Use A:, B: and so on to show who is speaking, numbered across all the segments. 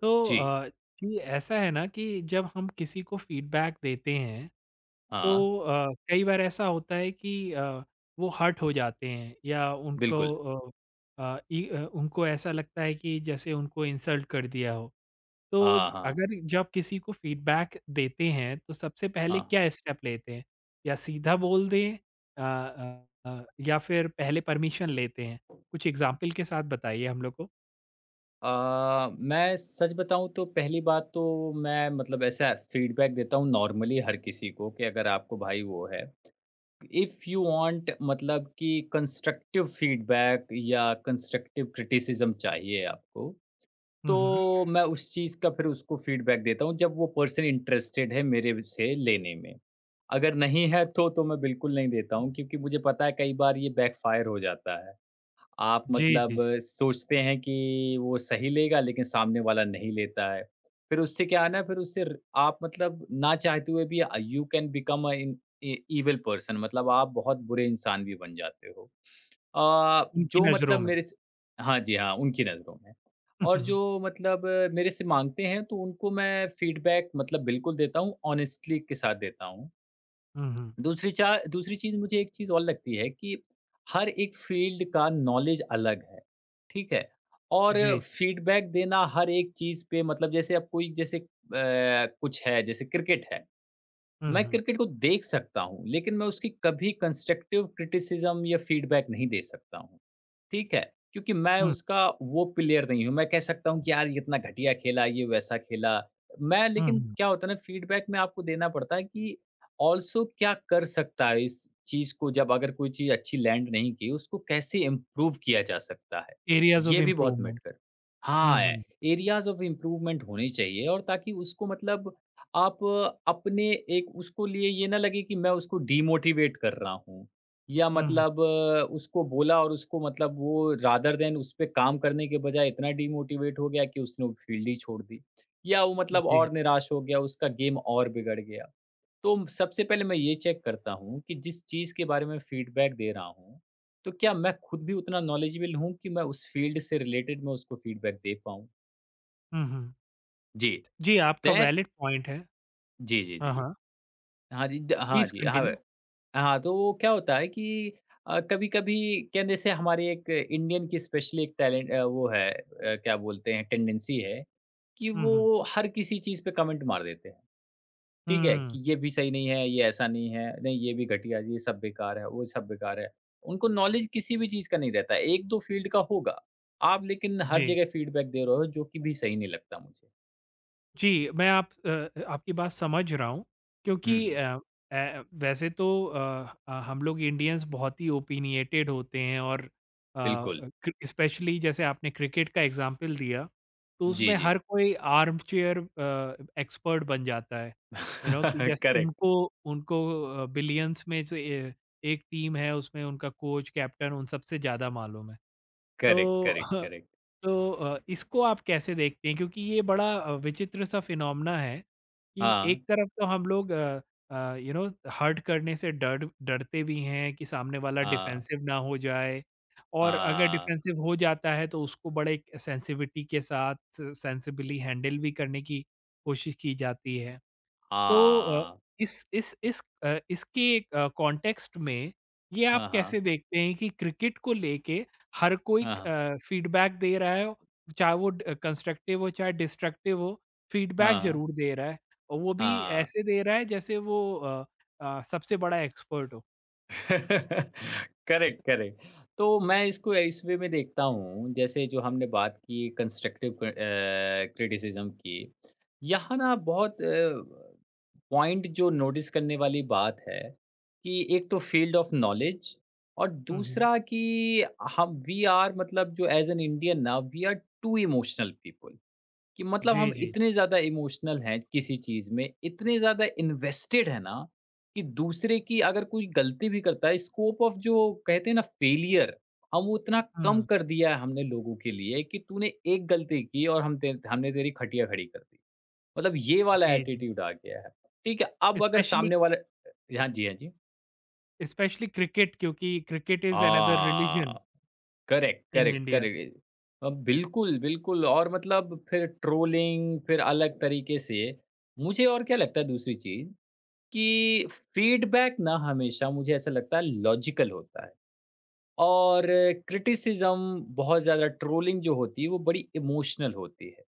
A: तो
B: जी,
A: ये ऐसा है ना कि जब हम किसी को फीडबैक देते हैं, तो
B: हाँ,
A: कई बार ऐसा होता है कि वो हर्ट हो जाते हैं या उनको
B: बिल्कुल।
A: अ, अ, इ- अ, उनको ऐसा लगता है कि जैसे उनको इंसल्ट कर दिया हो। तो
B: हाँ, हाँ,
A: अगर जब किसी को फीडबैक देते हैं, तो सबसे पहले
B: हाँ।
A: क्या स्टेप लेते हैं, या सीधा बोल दें या फिर पहले परमिशन लेते हैं? कुछ एग्जाम्पल के साथ बताइए हम लोग को।
B: मैं सच बताऊँ तो पहली बात तो मैं मतलब ऐसा फ़ीडबैक देता हूँ नॉर्मली हर किसी को कि अगर आपको भाई वो है, इफ़ यू वांट मतलब कि कंस्ट्रक्टिव फ़ीडबैक या कंस्ट्रक्टिव क्रिटिसिज़्म चाहिए आपको, तो
A: हम्म, हम्म।
B: मैं उस चीज़ का फिर उसको फ़ीडबैक देता हूँ जब वो पर्सन इंटरेस्टेड है मेरे से लेने में। अगर नहीं है तो मैं बिल्कुल नहीं देता हूँ क्योंकि मुझे पता है कई बार ये बैकफ़ायर हो जाता है। आप
A: जी, जी,
B: मतलब
A: जी।
B: सोचते हैं कि वो सही लेगा लेकिन सामने वाला नहीं लेता है। फिर उससे क्या है ना फिर उससे र आप मतलब ना चाहते हुए भी you can become in a evil person मतलब आप बहुत बुरे इंसान भी बन जाते हो। अ,
A: उनकी
B: जो
A: नज़रों
B: मतलब
A: में।
B: मेरे स हाँ जी, हाँ, उनकी नज़रों में। और जो मतलब मेरे से माँगते हैं तो उनको मैं फीडबैक मतलब बिल्कुल देता हूँ, ऑनेस्टली के साथ देता हूँ।
A: हुँ, हुँ।
B: दूसरी चीज़ मुझे एक चीज़ और लगती है कि हर एक फ़ील्ड का नॉलेज अलग है। ठीक है। और
A: जी, जी।
B: फीडबैक देना हर एक चीज़ पे मतलब जैसे अब कोई जैसे कुछ है जैसे क्रिकेट है,
A: हुँ,
B: मैं
A: हुँ।
B: क्रिकेट को देख सकता हूँ, लेकिन मैं उसकी कभी कंस्ट्रक्टिव क्रिटिसिज़्म या फीडबैक नहीं दे सकता हूँ। ठीक है, क्योंकि मैं
A: हुँ,
B: उसका वो प्लेयर नहीं हूँ। मैं कह सकता हूँ कि यार ये इतना घटिया खेला, ये वैसा खेला। मैं
A: हुँ,
B: लेकिन
A: हुँ।
B: क्या होता है ना फीडबैक में आपको देना पड़ता है कि ऑल्सो क्या कर सकता है इस चीज़ को जब अगर कोई चीज़ अच्छी लैंड नहीं की, उसको कैसे इम्प्रूव किया जा सकता है?
A: एरियाज़ ऑफ़
B: ये भी बहुत
A: इम्प्रूवमेंट।
B: मैटर
A: हुँ,
B: हाँ,
A: हुँ।
B: एरियाज़ ऑफ इम्प्रूवमेंट होने चाहिए और ताकि उसको मतलब आप अपने एक उसको लिए ये ना लगे कि मैं उसको डिमोटिवेट कर रहा हूँ या
A: हुँ, हुँ।
B: मतलब उसको बोला और उसको मतलब वो रादर देन उस पे काम करने के बजाय इतना डीमोटिवेट हो गया कि उसने वो फ़ील्ड ही छोड़ दी। या वो मतलब
A: जी।
B: और निराश हो गया, उसका गेम और बिगड़ गया। तो सबसे पहले मैं ये चेक करता हूँ कि जिस चीज़ के बारे में फीडबैक दे रहा हूँ, तो क्या मैं खुद भी उतना नॉलेजेबल हूँ कि मैं उस फ़ील्ड से रिलेटेड मैं उसको फीडबैक दे पाऊँ?
A: हुँ, हुँ।
B: जी।
A: जी, आपका
B: देन
A: वैलिड पॉइंट है।
B: जी, जी, जी,
A: हाँ,
B: जी।
A: हाँ।
B: हाँ जी, द हाँ
A: प्लीज़
B: जी, हाँ।
A: कंटिन्यू।
B: हाँ, तो वो क्या होता है कि कभी-कभी क्या जैसे हमारे एक इंडियन की स्पेशली एक टैलेंट वो है क्या बोलते हैं टेंडेंसी है कि
A: हुँ, हुँ।
B: वो हर किसी चीज़ पे कमेंट मार देते हैं। ठीक है?
A: हुँ।
B: कि ये भी सही नहीं है, ये ऐसा नहीं है, नहीं ये भी घटिया, ये सब बेकार है, वो सब बेकार है। उनको नॉलेज किसी भी चीज़ का नहीं रहता है, 1-2 फील्ड का होगा। आप लेकिन हर
A: जी।
B: जगह फीडबैक दे रहे हो जो कि भी सही नहीं लगता मुझे।
A: जी, मैं आपकी बात समझ रहा हूँ,
B: हुँ,
A: क्योंकि
B: हुँ,
A: अ, ए वैसे तो हम लोग इंडियंस बहुत ही ओपिनिएटेड होते हैं, और अ,
B: बिल्कुल।
A: क्रि स्पेशली जैसे आपने क्रिकेट का एग्ज़ाम्पल दिया, तो उसमें
B: जी, जी।
A: हर कोई आर्म चेयर एक्सपर्ट बन जाता है। यू नो कि जैसे
B: करेक्ट,
A: उनको उनको अ, बिलियंस में से ए एक टीम है, उसमें उनका कोच, कैप्टन उन सबसे ज़्यादा मालूम है।
B: करेक्ट,
A: तो।
B: Correct, correct.
A: तो इसको आप कैसे देखते हैं? क्योंकि ये बड़ा विचित्र सा फिनोमिना है कि
B: हाँ,
A: एक तरफ तो हम लोग यू नो हर्ट करने से डर डरते भी हैं कि सामने वाला
B: हाँ।
A: डिफेंसिव ना हो जाए, और अगर
B: अ,
A: डिफेंसिव हो जाता है तो उसको बड़े एक सेंसिविटी के साथ सेंसिबली हैंडल भी करने की कोशिश की जाती है। तो
B: हाँ।
A: इसके कॉन्टेक्स्ट में ये आप
B: हाँ, हाँ।
A: कैसे देखते हैं कि क्रिकेट को लेके हर कोई
B: हाँ,
A: फीडबैक दे रहा है, चाहे वो ड कंस्ट्रक्टिव हो, चाहे डिस्ट्रक्टिव हो, फीडबैक
B: हाँ,
A: ज़रूर दे रहा है, और वो भी
B: हाँ।
A: ऐसे दे रहा है जैसे वो सबसे बड़ा एक्सपर्ट हो।
B: Correct, correct. तो मैं इसको इस वे में देखता हूँ, जैसे जो हमने बात की कंस्ट्रक्टिव क्रिटिसिज़्म की, यहाँ ना बहुत पॉइंट जो नोटिस करने वाली बात है कि एक तो फील्ड ऑफ नॉलेज और
A: हुँ, हुँ।
B: दूसरा कि हम वी आर मतलब जो एज़ एन इंडियन ना we are too emotional people. कि मतलब
A: जी,
B: हम
A: जी।
B: इतने ज़्यादा इमोशनल हैं किसी चीज़ में, इतने ज़्यादा इन्वेस्टेड हैं ना, कि दूसरे की अगर कोई गलती भी करता है, स्कोप ऑफ जो कहते हैं ना फेलियर, हम वो इतना कम
A: हुँ,
B: कर दिया है हमने लोगों के लिए कि तूने एक गलती की और हम तेर हमने तेरी खटिया खड़ी कर दी। मतलब ये वाला
A: जी, जी।
B: एटीट्यूड आ गया है। ठीक है, अब अगर
A: स्पेशली
B: सामने वाला हाँ जी, हाँ जी।
A: स्पेशली क्रिकेट क्योंकि क्रिकेट इज़ अनदर रिलिजन
B: हाँ। Correct,
A: in
B: correct,
A: India.
B: Correct. बिल्कुल, बिल्कुल और मतलब फिर ट्रोलिंग फिर अलग तरीके से। मुझे और क्या लगता है दूसरी चीज़ कि फीडबैक ना हमेशा मुझे ऐसा लगता है लॉजिकल होता है और क्रिटिसिज़्म बहुत ज़्यादा ट्रोलिंग जो होती है वो बड़ी इमोशनल होती है।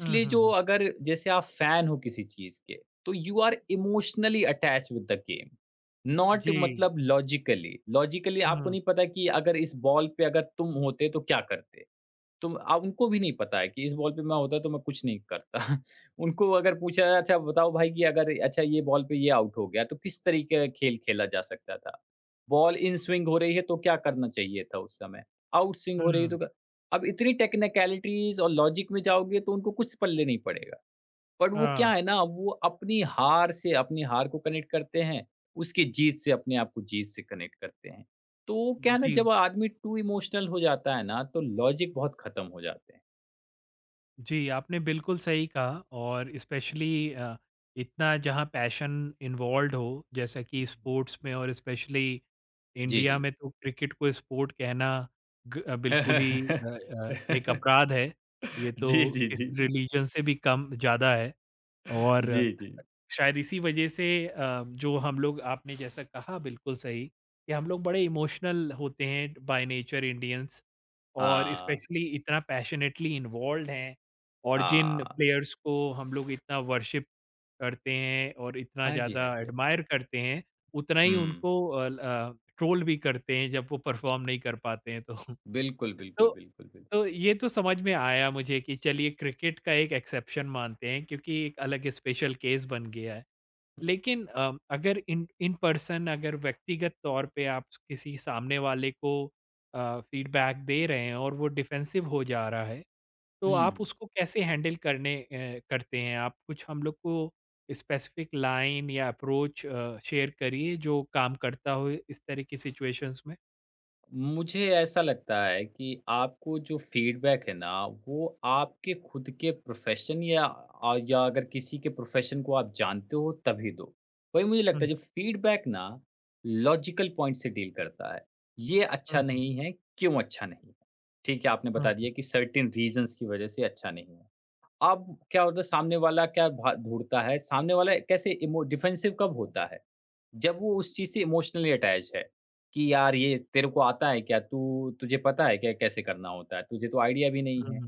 A: हुँ, हुँ,
B: जो
A: हुँ।
B: अगर जैसे आप फैन हो किसी चीज के तो you are emotionally attach with the game not
A: जी।
B: मतलब लॉजिकली लॉजिकली आपको
A: हुँ,
B: नहीं पता कि अगर इस बॉल पे अगर तुम होते तो क्या करते तो उनको भी नहीं पता है कि इस बॉल पे मैं होता तो मैं कुछ नहीं करता। उनको अगर पूछा जाए अच्छा बताओ भाई कि अगर अच्छा ये बॉल पे ये आउट हो गया तो किस तरीके का खेल खेला जा सकता था? बॉल इन स्विंग हो रही है तो क्या करना चाहिए था उस समय? आउट स्विंग हो रही है
A: हुँ।
B: तो क अब इतनी टेक्निकैलिटीज़ और लॉजिक में जाओगे तो उनको कुछ पल्ले नहीं पड़ेगा। बट वो क्या
A: हाँ।
B: है ना, वो अपनी हार से अपनी हार को कनेक्ट करते हैं, उसकी जीत से अपने आप को जीत से कनेक्ट करते हैं। तो क्या है ना,
A: जी,
B: जब आदमी टू इमोशनल हो जाता है ना, तो लॉजिक बहुत खत्म हो जाते हैं।
A: जी, आपने बिल्कुल सही कहा, और स्पेशली इतना जहाँ पैशन इन्वॉल्व्ड हो, जैसा कि
B: हुँ।
A: स्पोर्ट्स में, और स्पेशली
B: जी,
A: इंडिया
B: जी।
A: में तो क्रिकेट को स्पोर्ट कहना बिल्कुल ही एक अपराध है। ये तो
B: जी, जी, जी,
A: किसी
B: जी।
A: रिलीजन से भी कम ज़्यादा है, और
B: जी, जी।
A: शायद इसी वजह से जो हम लोग, आपने जैसा कहा बिल्कुल सही, कि हम लोग बड़े इमोशनल होते हैं बाय नेचर इंडियंस, और
B: हाँ,
A: स्पेशली इतना पैशनेटली इन्वॉल्व हैं, और जिन
B: हाँ।
A: प्लेयर्स को हम लोग इतना वर्शिप करते हैं और इतना
B: हाँ जी,
A: ज़्यादा
B: हाँ जी। हाँ।
A: एडमायर करते हैं, उतना ही
B: हुँ,
A: उनको ट्रोल भी करते हैं जब वो परफॉर्म नहीं कर पाते हैं, तो।
B: बिल्कुल, बिल्कुल,
A: तो
B: बिल्कुल, बिल्कुल।
A: तो ये तो समझ में आया मुझे कि चलिए क्रिकेट का एक एक्सेप्शन मानते हैं, क्योंकि एक अलग स्पेशल केस बन गया है।
B: हुँ।
A: लेकिन अगर इन इन पर्सन अगर व्यक्तिगत तौर पे आप किसी सामने वाले को फीडबैक दे रहे हैं और वो डिफेंसिव हो जा रहा है, तो आप
B: हुँ।
A: उसको कैसे हैंडल करते हैं? आप कुछ हम लोग को स्पेसिफिक लाइन या अप्रोच शेयर करिए, जो काम करता हो इस तरह की सिचुएशंस में।
B: मुझे ऐसा लगता है कि आपको जो फीडबैक है ना, वो आपके खुद के प्रोफ़ेशन या या अगर किसी के प्रोफ़ेशन को आप जानते हो तभी दो। वही मुझे लगता
A: हम्म,
B: है जो फीडबैक ना लॉजिकल पॉइंट से डील करता है। ये
A: हम्म,
B: अच्छा
A: हम्म,
B: नहीं है, क्यों अच्छा नहीं है? ठीक है, आपने बता दिया कि सर्टेन रीज़न्स की वज़ह से अच्छा नहीं है। अब क्या होता है सामने वाला क्या भा ढूँढता है, सामने वाला कैसे इमो डिफेंसिव कब होता है? जब वो उस चीज़ से इमोशनली अटैच है, कि यार ये तेरे को आता है क्या? तू तुझे पता है क्या कैसे करना होता है? तुझे तो आइडिया भी नहीं है।
A: हम्म,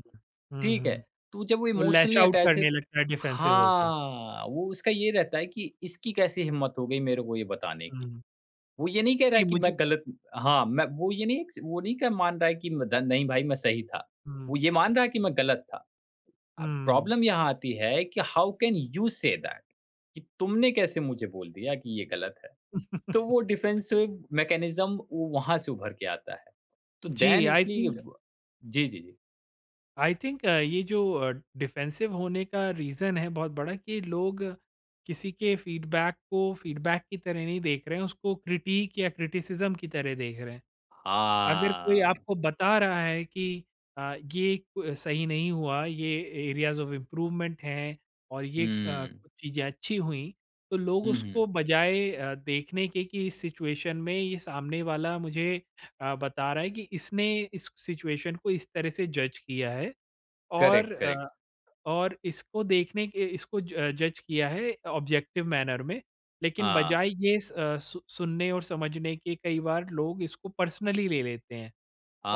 B: ठीक है,
A: हम्म।
B: तो जब वो
A: तो लैश
B: इमोशनली
A: आउट
B: अटैच है
A: करने
B: त
A: लगता है डिफेंसिव होके।
B: हाँ, वो उसका ये रहता है कि इसकी कैसे हिम्मत हो गई मेरे को ये बताने की।
A: हम्म,
B: वो ये नहीं कह रहा
A: जी,
B: है कि मैं
A: मुझे।
B: गलत हाँ, मैं वो ये नहीं वो नहीं क मान रहा है कि म द नहीं भाई मैं सही था।
A: हम्म,
B: वो ये मान रहा है कि मैं गलत था। अब
A: हम्म।
B: प्रॉब्लम यहाँ आती है कि how can you say that? कि तुमने कैसे मुझे बोल दिया कि ये गलत है? तो वो डिफेंसिव मैकेनिज़्म वो वहाँ से उभर के आता है। तो
A: जी,
B: दैन
A: आई
B: इसलिए
A: थिंक
B: व जी, जी, जी।
A: आई थिंक ये जो डिफेंसिव होने का रीज़न है बहुत बड़ा, कि लोग किसी के फीडबैक को फीडबैक की तरह नहीं देख रहे हैं, उसको क्रिटिक या क्रिटिसिज्म की तरह देख रहे हैं। अगर कोई
B: हाँ।
A: आपको बता रहा है कि ये क सही नहीं हुआ, ये एरियाज़ ऑफ इम्प्रूवमेंट हैं, और ये
B: हुँ।
A: कुछ चीज़ें अच्छी हुईं, तो लोग
B: हुँ, हुँ।
A: उसको, बजाय देखने के कि इस सिचुएशन में ये सामने वाला मुझे बता रहा है कि इसने इस सिचुएशन को इस तरह से जज किया है। और
B: करेक्ट,
A: अ,
B: करेक्ट।
A: और इसको देखने के, इसको ज जज किया है ऑब्जेक्टिव मैनर में, लेकिन
B: हाँ।
A: बजाय ये स अ, सु सुनने और समझने के, कई बार लोग इसको पर्सनली ले लेते हैं,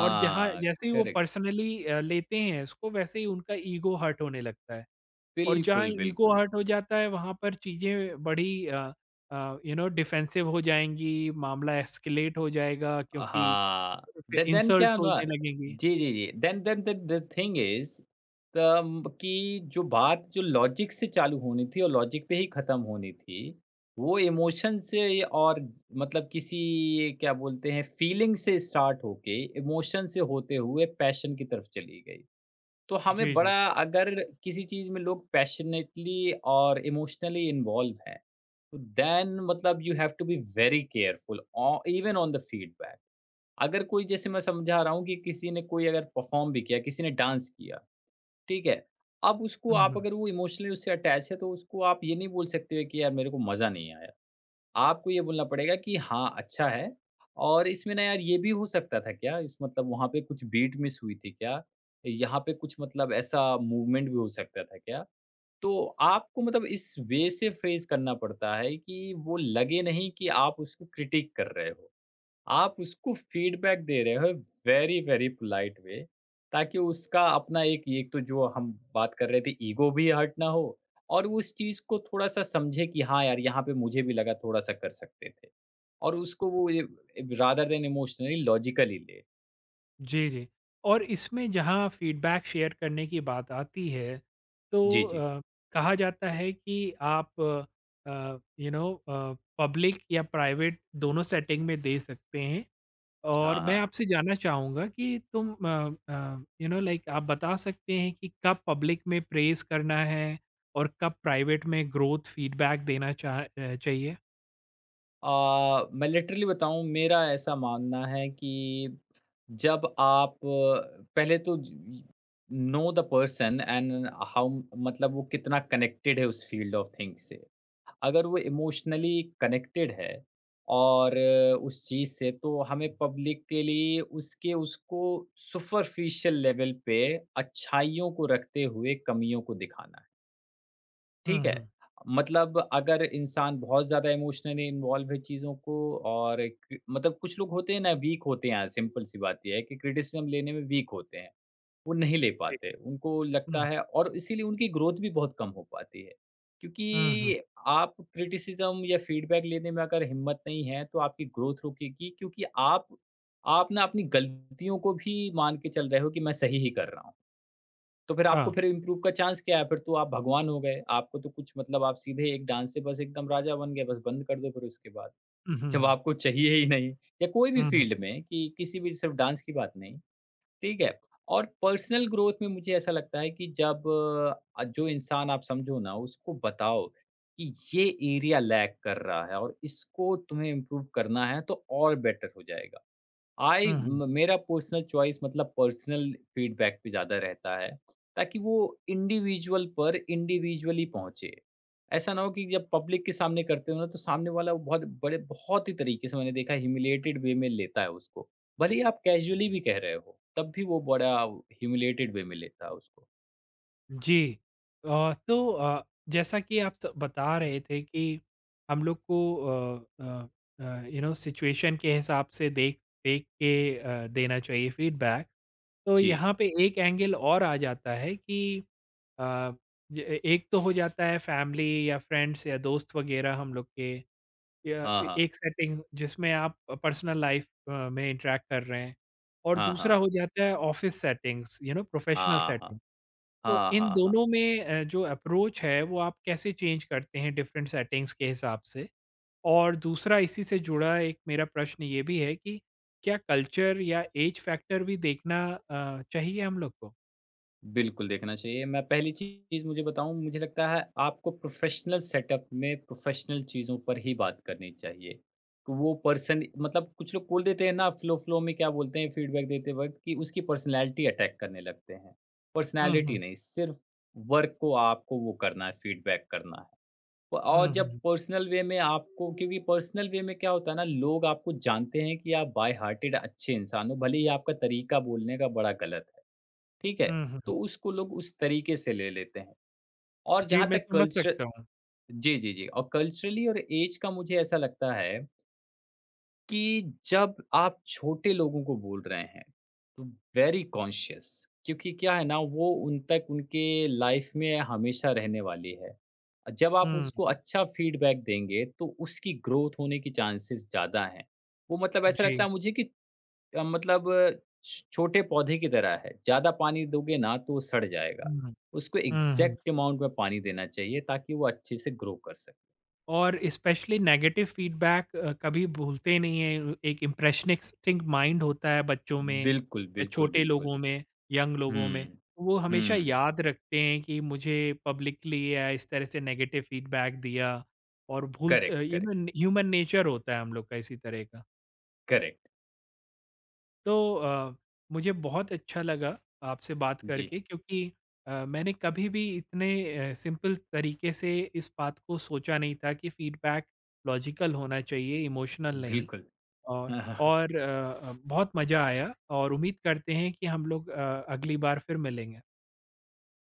A: और जहाँ जैसे ही वो
B: करेक्ट।
A: पर्सनली लेते हैं इसको, वैसे ही उनका ईगो हर्ट होने लगता है, और जहाँ
B: बिल्कुल,
A: ईगो
B: बिल्कुल।
A: हर्ट हो जाता है वहाँ पर चीज़ें बड़ी यू नो डिफेंसिव हो जाएँगी, मामला एस्केलेट हो जाएगा, क्योंकि
B: हाँ,
A: फिर
B: द देन क्या
A: इंसल्ट्स
B: ना
A: होने लगेंगी।
B: जी, जी, जी, then then the the thing is तम कि जो बात जो लॉजिक से चालू होनी थी और लॉजिक पे ही ख़त्म होनी थी, वो इमोशन से और मतलब किसी क्या बोलते हैं फीलिंग से स्टार्ट होके, इमोशन से होते हुए पैशन की तरफ चली गई। तो हमें
A: जी, जी।
B: बड़ा अगर किसी चीज़ में लोग पैशनेटली और इमोशनली इन्वॉल्व हैं, तो देन मतलब you have to be very careful uh even on the feedback. अगर कोई जैसे मैं समझा रहा हूँ कि किसी ने कोई अगर परफॉर्म भी किया, किसी ने डांस किया, ठीक है? अब उसको
A: हुँ,
B: आप
A: हुँ।
B: अगर वो इमोशनली उससे अटैच है तो उसको आप ये नहीं बोल सकते हो कि यार मेरे को मज़ा नहीं आया। आपको ये बोलना पड़ेगा कि हाँ, अच्छा है और इसमें ना यार ये भी हो सकता था क्या? इस मतलब वहाँ पे कुछ बीट मिस हुई थी क्या? यहाँ पे कुछ मतलब ऐसा मूवमेंट भी हो सकता था क्या? तो आपको मतलब इस वे से फ़ेस करना पड़ता है कि वो लगे नहीं कि आप उसको क्रिटिक कर रहे हो। आप उसको फीडबैक दे रहे हो वेरी वेरी पोलाइट वे ताकि उसका अपना एक एक तो जो हम बात कर रहे थे ईगो भी हर्ट ना हो और वो उस चीज को थोड़ा सा समझे कि हाँ यार यहाँ पे मुझे भी लगा थोड़ा सा कर सकते थे और उसको वो रादर देन इमोशनली लॉजिकली ले
A: जी, जी। और इसमें जहाँ फ़ीडबैक शेयर करने की बात आती है, तो
B: जी जी
A: कहा जाता है कि आप यू नो पब्लिक या प्राइवेट दोनों सेटिंग में दे सकते हैं। और
B: हाँ
A: मैं
B: हाँ।
A: आपसे जानना चाहूँगा कि यू नो लाइक आप बता सकते हैं कि कब पब्लिक में प्रेज़ करना है, और कब प्राइवेट में ग्रोथ फ़ीडबैक देना चाहिए?
B: मैं लिटरली बताऊं मेरा ऐसा मानना है कि जब आप पहले तो know the person and how मतलब वो कितना कनेक्टेड है उस फील्ड ऑफ थिंग्स से अगर वो इमोशनली कनेक्टेड है और उस चीज़ से तो हमें पब्लिक के लिए उसके उसको सुपरफिशियल लेवल पे अच्छाइयों को रखते हुए कमियों को दिखाना है
A: हुँ,
B: ठीक है।
A: हुँ।
B: मतलब अगर इंसान बहुत ज़्यादा इमोशनली इन्वॉल्व है चीज़ों को और एक मतलब कुछ लोग होते हैं ना वीक होते हैं, सिंपल सी बात ये है कि क्रिटिसिज़्म लेने में वीक होते हैं। वो नहीं ले
A: जी।
B: पाते, उनको लगता
A: हुँ,
B: है और इसीलिए उनकी ग्रोथ भी बहुत कम हो पाती है।
A: हुँ, हुँ।
B: क्योंकि आप क्रिटिसिज़्म या फीडबैक लेने में अगर हिम्मत नहीं है, तो आपकी ग्रोथ रुकेगी क्योंकि आप ना अपनी गलतियों को भी मान के चल रहे हो कि मैं सही ही कर रहा हूँ। तो फिर आपको
A: हाँ।
B: फिर इम्प्रूव का चांस क्या है? फिर तो आप भगवान हो गए। आपको तो कुछ मतलब आप सीधे एक डांस से बस एकदम राजा बन गए, बस बंद कर दो फिर उसके बाद।
A: हुँ, हुँ,
B: जब
A: हुँ।
B: आपको चाहिए ही नहीं या कोई भी
A: हुँ, हुँ,
B: फ़ील्ड में कि किसी भी सिर्फ़ डांस की बात नहीं, ठीक है? और पर्सनल ग्रोथ में मुझे ऐसा लगता है कि जब जो इंसान आप समझो ना उसको बताओ कि ये एरिया लैग कर रहा है और इसको तुम्हें इम्प्रूव करना है तो और बेटर हो जाएगा। आई
A: हुँ, हुँ।
B: म मेरा पर्सनल चॉइस मतलब पर्सनल फीडबैक पे ज़्यादा रहता है, ताकि वो इंडिविजुअली पहुँचे। ऐसा ना हो कि जब पब्लिक के सामने करते हो ना, तो सामने वाला वो बहुत बड़े बहुत ही तरीके से मैंने देखा है ह्यूमिलिएटेड वे में लेता है उसको। भले ही आप कैज़ुअली भी कह रहे हो, तब भी वो बड़ा ह्यूमिलिएटेड वे में लेता है उसको।
A: जी। तो जैसा कि आप स बता रहे थे, कि हम लोग को यू नो सिचुएशन के हिसाब से देख देख के देना चाहिए फीडबैक। तो
B: जी।
A: यहाँ पे एक एंगल और आ जाता है कि अ, ज ए एक तो हो जाता है फैमिली या फ्रेंड्स या दोस्त वगैरह हम लोग के, या
B: हाँ,
A: ए
B: हाँ।
A: एक सेटिंग जिसमें आप पर्सनल लाइफ़ में इंटरैक्ट कर रहे हैं, और
B: हाँ,
A: दूसरा
B: हाँ।
A: हो जाता है office settings, you know professional
B: हाँ, हाँ।
A: सेटिंग। तो
B: हाँ, हाँ,
A: इन
B: हाँ। हाँ।
A: दोनों में जो अप्रोच है वो आप कैसे चेंज करते हैं डिफरेंट सेटिंग्स के हिसाब से? और दूसरा इसी से जुड़ा एक मेरा प्रश्न ये भी है कि क्या कल्चर या एज फैक्टर भी देखना चाहिए हम लोग को?
B: बिल्कुल देखना चाहिए। मैं पहली चीज़ मुझे बताऊँ मुझे लगता है आपको प्रोफ़ेशनल सेटअप में प्रोफ़ेशनल चीज़ों पर ही बात करनी चाहिए। तो वो पर्सन मतलब कुछ लोग बोल देते हैं ना फ़्लो-फ़्लो में क्या बोलते हैं फ़ीडबैक देते वक़्त कि उसकी पर्सनैलिटी अटैक करने लगते हैं।
A: हुँ,
B: पर्सनैलिटी
A: हुँ।
B: नहीं सिर्फ़ वर्क को आपको वो करना है फ़ीडबैक करना है। प और
A: हुँ,
B: जब
A: हुँ।
B: पर्सनल वे में आपको क्योंकि पर्सनल वे में क्या होता है ना लोग आपको जानते हैं कि आप बाय हार्टेड अच्छे इंसान हो भले ही आपका तरीका बोलने का बड़ा गलत है। ठीक है?
A: हुँ, हुँ।
B: तो उसको लोग उस तरीके से ले लेते हैं। और
A: जी,
B: जहाँ
A: मैं
B: तक
A: समझ
B: कल्चर
A: सकता हूँ।
B: जी, जी, जी। और कल्चरली और ऐज का मुझे ऐसा लगता है कि जब आप छोटे लोगों को बोल रहे हैं, तो वेरी कॉन्शियस क्योंकि क्या है ना वो उन तक उनके लाइफ़ में हमेशा रहने वाली है। जब आप
A: हुँ।
B: उसको अच्छा फीडबैक देंगे, तो उसकी ग्रोथ होने की चांसेस ज़्यादा हैं। वो मतलब ऐसा
A: जी।
B: लगता है मुझे कि मतलब छ छोटे पौधे की तरह है, ज़्यादा पानी दोगे ना तो वो सड़ जाएगा।
A: हुँ,
B: उसको
A: हुँ, हुँ।
B: एग्ज़ैक्ट अमाउंट में पानी देना चाहिए ताकि वो अच्छे से ग्रो कर सके।
A: और स्पेशली नेगेटिव फीडबैक कभी भूलते ही नहीं हैं। एक इम्प्रेशनिस्टिक माइंड होता है बच्चों में
B: बिल्कुल,
A: या
B: बिल्कुल,
A: छोटे
B: बिल्कुल।
A: लोगों में, यंग लोगों में।
B: हुँ।
A: वो हमेशा
B: हुँ,
A: याद रखते हैं कि मुझे पब्लिकली या इस तरह से नेगेटिव फीडबैक दिया, और
B: करेक्ट,
A: ये
B: करेक्ट,
A: ना ह्यूमन नेचर होता है हम लोग का इसी तरह का।
B: करेक्ट।
A: तो मुझे बहुत अच्छा लगा आपसे बात
B: जी,
A: करके, क्योंकि मैंने कभी भी इतने सिंपल तरीके से इस बात को सोचा नहीं था कि फीडबैक लॉजिकल होना चाहिए, इमोशनल नहीं।
B: बिल्कुल।
A: और और बहुत मज़ा आया, और उम्मीद करते हैं कि हम लोग अगली बार फिर मिलेंगे।